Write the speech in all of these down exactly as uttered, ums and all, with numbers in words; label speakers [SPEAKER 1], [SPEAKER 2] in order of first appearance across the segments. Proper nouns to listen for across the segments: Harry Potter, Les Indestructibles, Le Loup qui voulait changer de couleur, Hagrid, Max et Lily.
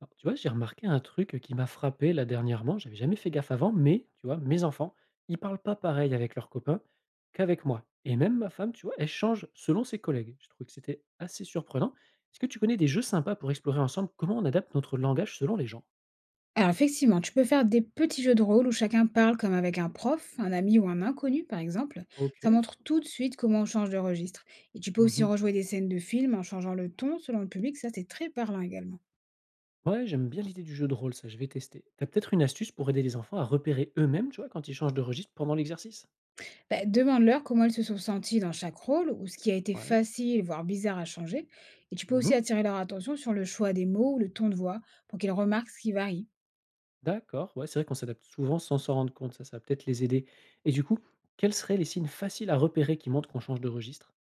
[SPEAKER 1] Alors, tu vois, j'ai remarqué un truc qui m'a frappé là dernièrement, j'avais jamais fait gaffe avant, mais tu vois, mes enfants, ils parlent pas pareil avec leurs copains qu'avec moi. Et même ma femme, tu vois, elle change selon ses collègues. Je trouvais que c'était assez surprenant. Est-ce que tu connais des jeux sympas pour explorer ensemble comment on adapte notre langage selon les gens?
[SPEAKER 2] Alors effectivement, tu peux faire des petits jeux de rôle où chacun parle comme avec un prof, un ami ou un inconnu par exemple.
[SPEAKER 1] Ok.
[SPEAKER 2] Ça montre tout de suite comment on change de registre. Et tu peux aussi
[SPEAKER 1] Mhm.
[SPEAKER 2] rejouer des scènes de films en changeant le ton selon le public, ça c'est très parlant également.
[SPEAKER 1] Ouais, j'aime bien l'idée du jeu de rôle, ça, je vais tester. T'as peut-être une astuce pour aider les enfants à repérer eux-mêmes, tu vois, quand ils changent de registre pendant l'exercice?
[SPEAKER 2] Bah, demande-leur comment ils se sont sentis dans chaque rôle ou ce qui a été
[SPEAKER 1] Ouais.
[SPEAKER 2] facile, voire bizarre à changer. Et tu peux aussi
[SPEAKER 1] Mhm.
[SPEAKER 2] attirer leur attention sur le choix des mots ou le ton de voix pour qu'ils remarquent ce qui varie.
[SPEAKER 1] D'accord, ouais, c'est vrai qu'on s'adapte souvent sans s'en rendre compte, ça, ça va peut-être les aider. Et du coup, quels seraient les signes faciles à repérer qui montrent qu'on change de registre?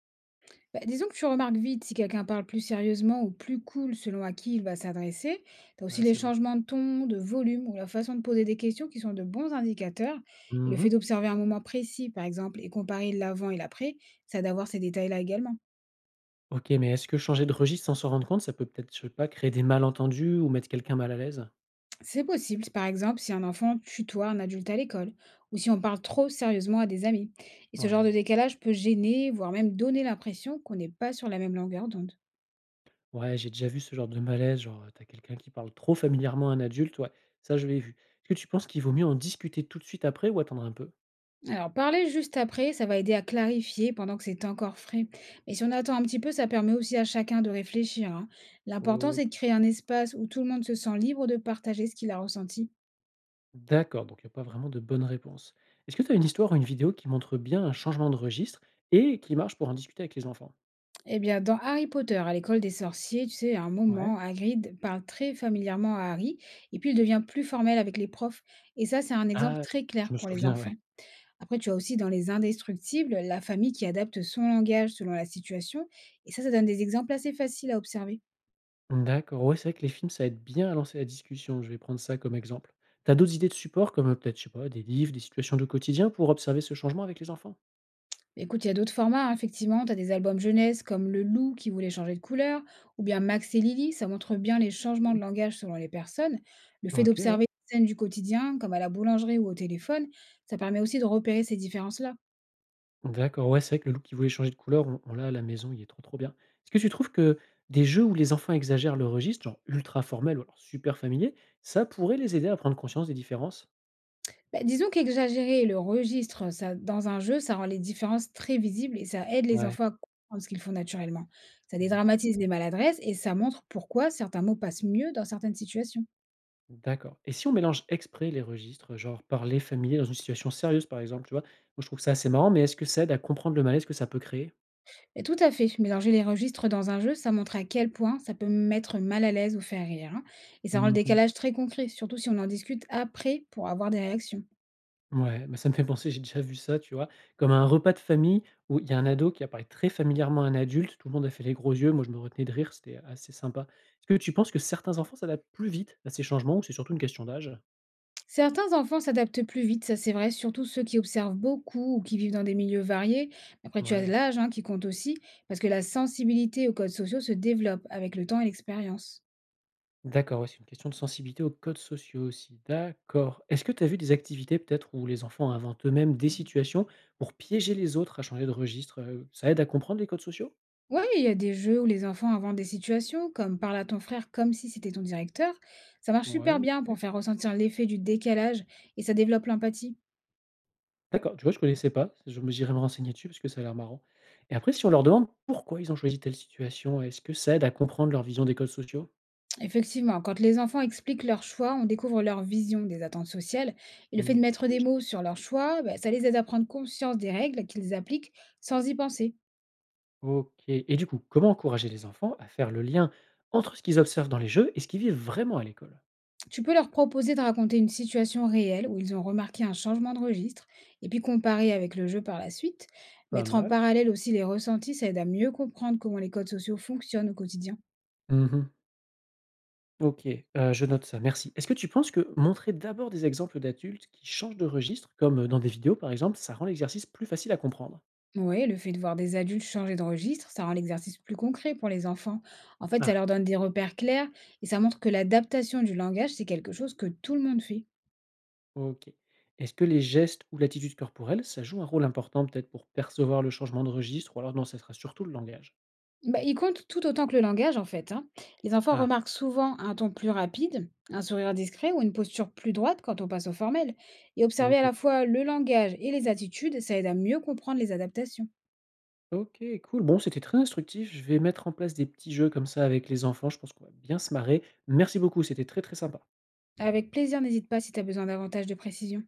[SPEAKER 2] Bah, disons que tu remarques vite si quelqu'un parle plus sérieusement ou plus cool selon à qui il va s'adresser. T'as aussi
[SPEAKER 1] Ouais,
[SPEAKER 2] les
[SPEAKER 1] c'est vrai.
[SPEAKER 2] changements de ton, de volume ou la façon de poser des questions qui sont de bons indicateurs. Et le fait
[SPEAKER 1] Mmh.
[SPEAKER 2] d'observer un moment précis, par exemple, et comparer l'avant et l'après, ça d'avoir ces détails-là également.
[SPEAKER 1] OK, mais est-ce que changer de registre sans s'en rendre compte, ça peut peut-être, je sais pas, créer des malentendus ou mettre quelqu'un mal à l'aise?
[SPEAKER 2] C'est possible, par exemple, si un enfant tutoie un adulte à l'école ou si on parle trop sérieusement à des amis. Et ce
[SPEAKER 1] Ouais,
[SPEAKER 2] genre
[SPEAKER 1] ouais.
[SPEAKER 2] de décalage peut gêner, voire même donner l'impression qu'on n'est pas sur la même longueur d'onde.
[SPEAKER 1] Ouais, j'ai déjà vu ce genre de malaise, genre, heu, tu quelqu'un qui parle trop familièrement à un adulte, ouais, ça je l'ai vu. Est-ce que tu penses qu'il vaut mieux en discuter tout de suite après ou attendre un peu?
[SPEAKER 2] Alors, parler juste après, ça va aider à clarifier pendant que c'est encore frais. Mais si on attend un petit peu, ça permet aussi à chacun de réfléchir, hein. L'important, c'est de créer un espace où tout le monde se sent libre de partager ce qu'il a ressenti.
[SPEAKER 1] D'accord, donc il n'y a pas vraiment de bonne réponse. Est-ce que tu as une histoire ou une vidéo qui montre bien un changement de registre et qui marche pour en discuter avec les enfants?
[SPEAKER 2] Eh bien, dans Harry Potter à l'école des sorciers, tu sais, à un
[SPEAKER 1] Ouais.
[SPEAKER 2] moment, Hagrid parle très familièrement à Harry, et puis il devient plus formel avec les profs. Et ça, c'est un exemple
[SPEAKER 1] Ah,
[SPEAKER 2] très clair
[SPEAKER 1] je me
[SPEAKER 2] pour les
[SPEAKER 1] souviens, ouais.
[SPEAKER 2] enfants. Après, tu as aussi dans Les Indestructibles, la famille qui adapte son langage selon la situation, et ça, ça donne des exemples assez faciles à observer.
[SPEAKER 1] D'accord, ouais, c'est vrai que les films, ça aide bien à lancer la discussion. Je vais prendre ça comme exemple. T'as d'autres idées de support, comme euh, peut-être, je sais pas, des livres, des situations de quotidien pour observer ce changement avec les enfants?
[SPEAKER 2] Écoute, il y a d'autres formats, hein, effectivement. Tu as des albums jeunesse comme Le Loup qui voulait changer de couleur, ou bien Max et Lily. Ça montre bien les changements de
[SPEAKER 1] Mhm.
[SPEAKER 2] langage selon les personnes. Le fait
[SPEAKER 1] Ok, ouais.
[SPEAKER 2] d'observer des scènes du quotidien, comme à la boulangerie ou au téléphone, ça permet aussi de repérer ces différences-là.
[SPEAKER 1] D'accord, ouais, c'est vrai que le loup qui voulait changer de couleur, on, on l'a à la maison, il est trop trop bien. Est-ce que tu trouves que des jeux où les enfants exagèrent le registre, genre ultra formel ou alors super familier, ça pourrait les aider à prendre conscience des différences?
[SPEAKER 2] Bah, disons qu'exagérer le registre ça, dans un jeu, ça rend les différences très visibles et ça aide les
[SPEAKER 1] Ouais.
[SPEAKER 2] enfants à comprendre ce qu'ils font naturellement. Ça
[SPEAKER 1] Mmh.
[SPEAKER 2] dédramatise les maladresses et ça montre pourquoi certains mots passent mieux dans certaines situations.
[SPEAKER 1] D'accord, et si on mélange exprès les registres, genre parler familier dans une situation sérieuse, par exemple, tu vois? Moi, je trouve ça assez marrant, mais est-ce que ça aide à comprendre le malaise que ça peut créer?
[SPEAKER 2] Et tout à fait. Mélanger les registres dans un jeu, ça montre à quel point ça peut me mettre mal à l'aise ou faire rire, hein. Et ça rend le
[SPEAKER 1] Mmh.
[SPEAKER 2] décalage très concret, surtout si on en discute après pour avoir des réactions.
[SPEAKER 1] Ouais, bah, ça me fait penser, j'ai déjà vu ça, tu vois? Comme un repas de famille où il y a un ado qui apparaît très familièrement à un adulte, tout le monde a fait les gros yeux, moi je me retenais de rire, c'était assez sympa. Est-ce que tu penses que certains enfants s'adaptent plus vite à ces changements ou c'est surtout une question d'âge?
[SPEAKER 2] Certains enfants s'adaptent plus vite, ça c'est vrai, surtout ceux qui observent beaucoup ou qui vivent dans des milieux variés. Après, tu as
[SPEAKER 1] Ouais.
[SPEAKER 2] l'âge hein, qui compte aussi, parce que la sensibilité aux codes sociaux se développe avec le temps et l'expérience.
[SPEAKER 1] D'accord, ouais, c'est une question de sensibilité aux codes sociaux aussi. D'accord. Est-ce que tu as vu des activités peut-être où les enfants inventent eux-mêmes des situations pour piéger les autres à changer de registre? Heu, ça aide à comprendre les codes sociaux?
[SPEAKER 2] Oui, il y a des jeux où les enfants inventent des situations, comme parle à ton frère comme si c'était ton directeur. Ça marche
[SPEAKER 1] Ouais,
[SPEAKER 2] super bien pour
[SPEAKER 1] OK.
[SPEAKER 2] faire ressentir l'effet du décalage et ça développe l'empathie.
[SPEAKER 1] D'accord, tu vois, je connaissais pas. Je me J'irai me renseigner dessus parce que ça a l'air marrant, et après, si on leur demande pourquoi ils ont choisi telle situation, est-ce que ça aide à comprendre leur vision des codes sociaux?
[SPEAKER 2] Effectivement, quand les enfants expliquent leurs choix, on découvre leur vision des attentes sociales et le fait de
[SPEAKER 1] Mmh,
[SPEAKER 2] mettre des mots
[SPEAKER 1] logique.
[SPEAKER 2] sur leurs choix, bah, ça les aide à prendre conscience des règles qu'ils appliquent sans y penser.
[SPEAKER 1] OK, et du coup, comment encourager les enfants à faire le lien entre ce qu'ils observent dans les jeux et ce qu'ils vivent vraiment à l'école?
[SPEAKER 2] Tu peux leur proposer de raconter une situation réelle où ils ont remarqué un changement de registre et puis comparer avec le jeu par la suite.
[SPEAKER 1] Pas
[SPEAKER 2] Mettre en
[SPEAKER 1] mal.
[SPEAKER 2] parallèle aussi les ressentis, ça aide à mieux comprendre comment les codes sociaux fonctionnent au quotidien.
[SPEAKER 1] Mmh. OK, heu, je note ça, merci. Est-ce que tu penses que montrer d'abord des exemples d'adultes qui changent de registre, comme dans des vidéos par exemple, ça rend l'exercice plus facile à comprendre?
[SPEAKER 2] Oui, le fait de voir des adultes changer de registre, ça rend l'exercice plus concret pour les enfants. En fait, ça
[SPEAKER 1] Ah,
[SPEAKER 2] leur donne des repères clairs et ça montre que l'adaptation du langage, c'est quelque chose que tout le monde fait.
[SPEAKER 1] OK. Est-ce que les gestes ou l'attitude corporelle, ça joue un rôle important peut-être pour percevoir le changement de registre ou alors non, ça sera surtout le langage?
[SPEAKER 2] Bah, il compte tout autant que le langage, en fait, hein. Les enfants
[SPEAKER 1] Ah,
[SPEAKER 2] remarquent souvent un ton plus rapide, un sourire discret ou une posture plus droite quand on passe au formel. Et observer à
[SPEAKER 1] OK.
[SPEAKER 2] la fois le langage et les attitudes, ça aide à mieux comprendre les adaptations.
[SPEAKER 1] OK, cool. Bon, c'était très instructif. Je vais mettre en place des petits jeux comme ça avec les enfants. Je pense qu'on va bien se marrer. Merci beaucoup, c'était très, très sympa.
[SPEAKER 2] Avec plaisir, n'hésite pas si tu as besoin davantage de précision.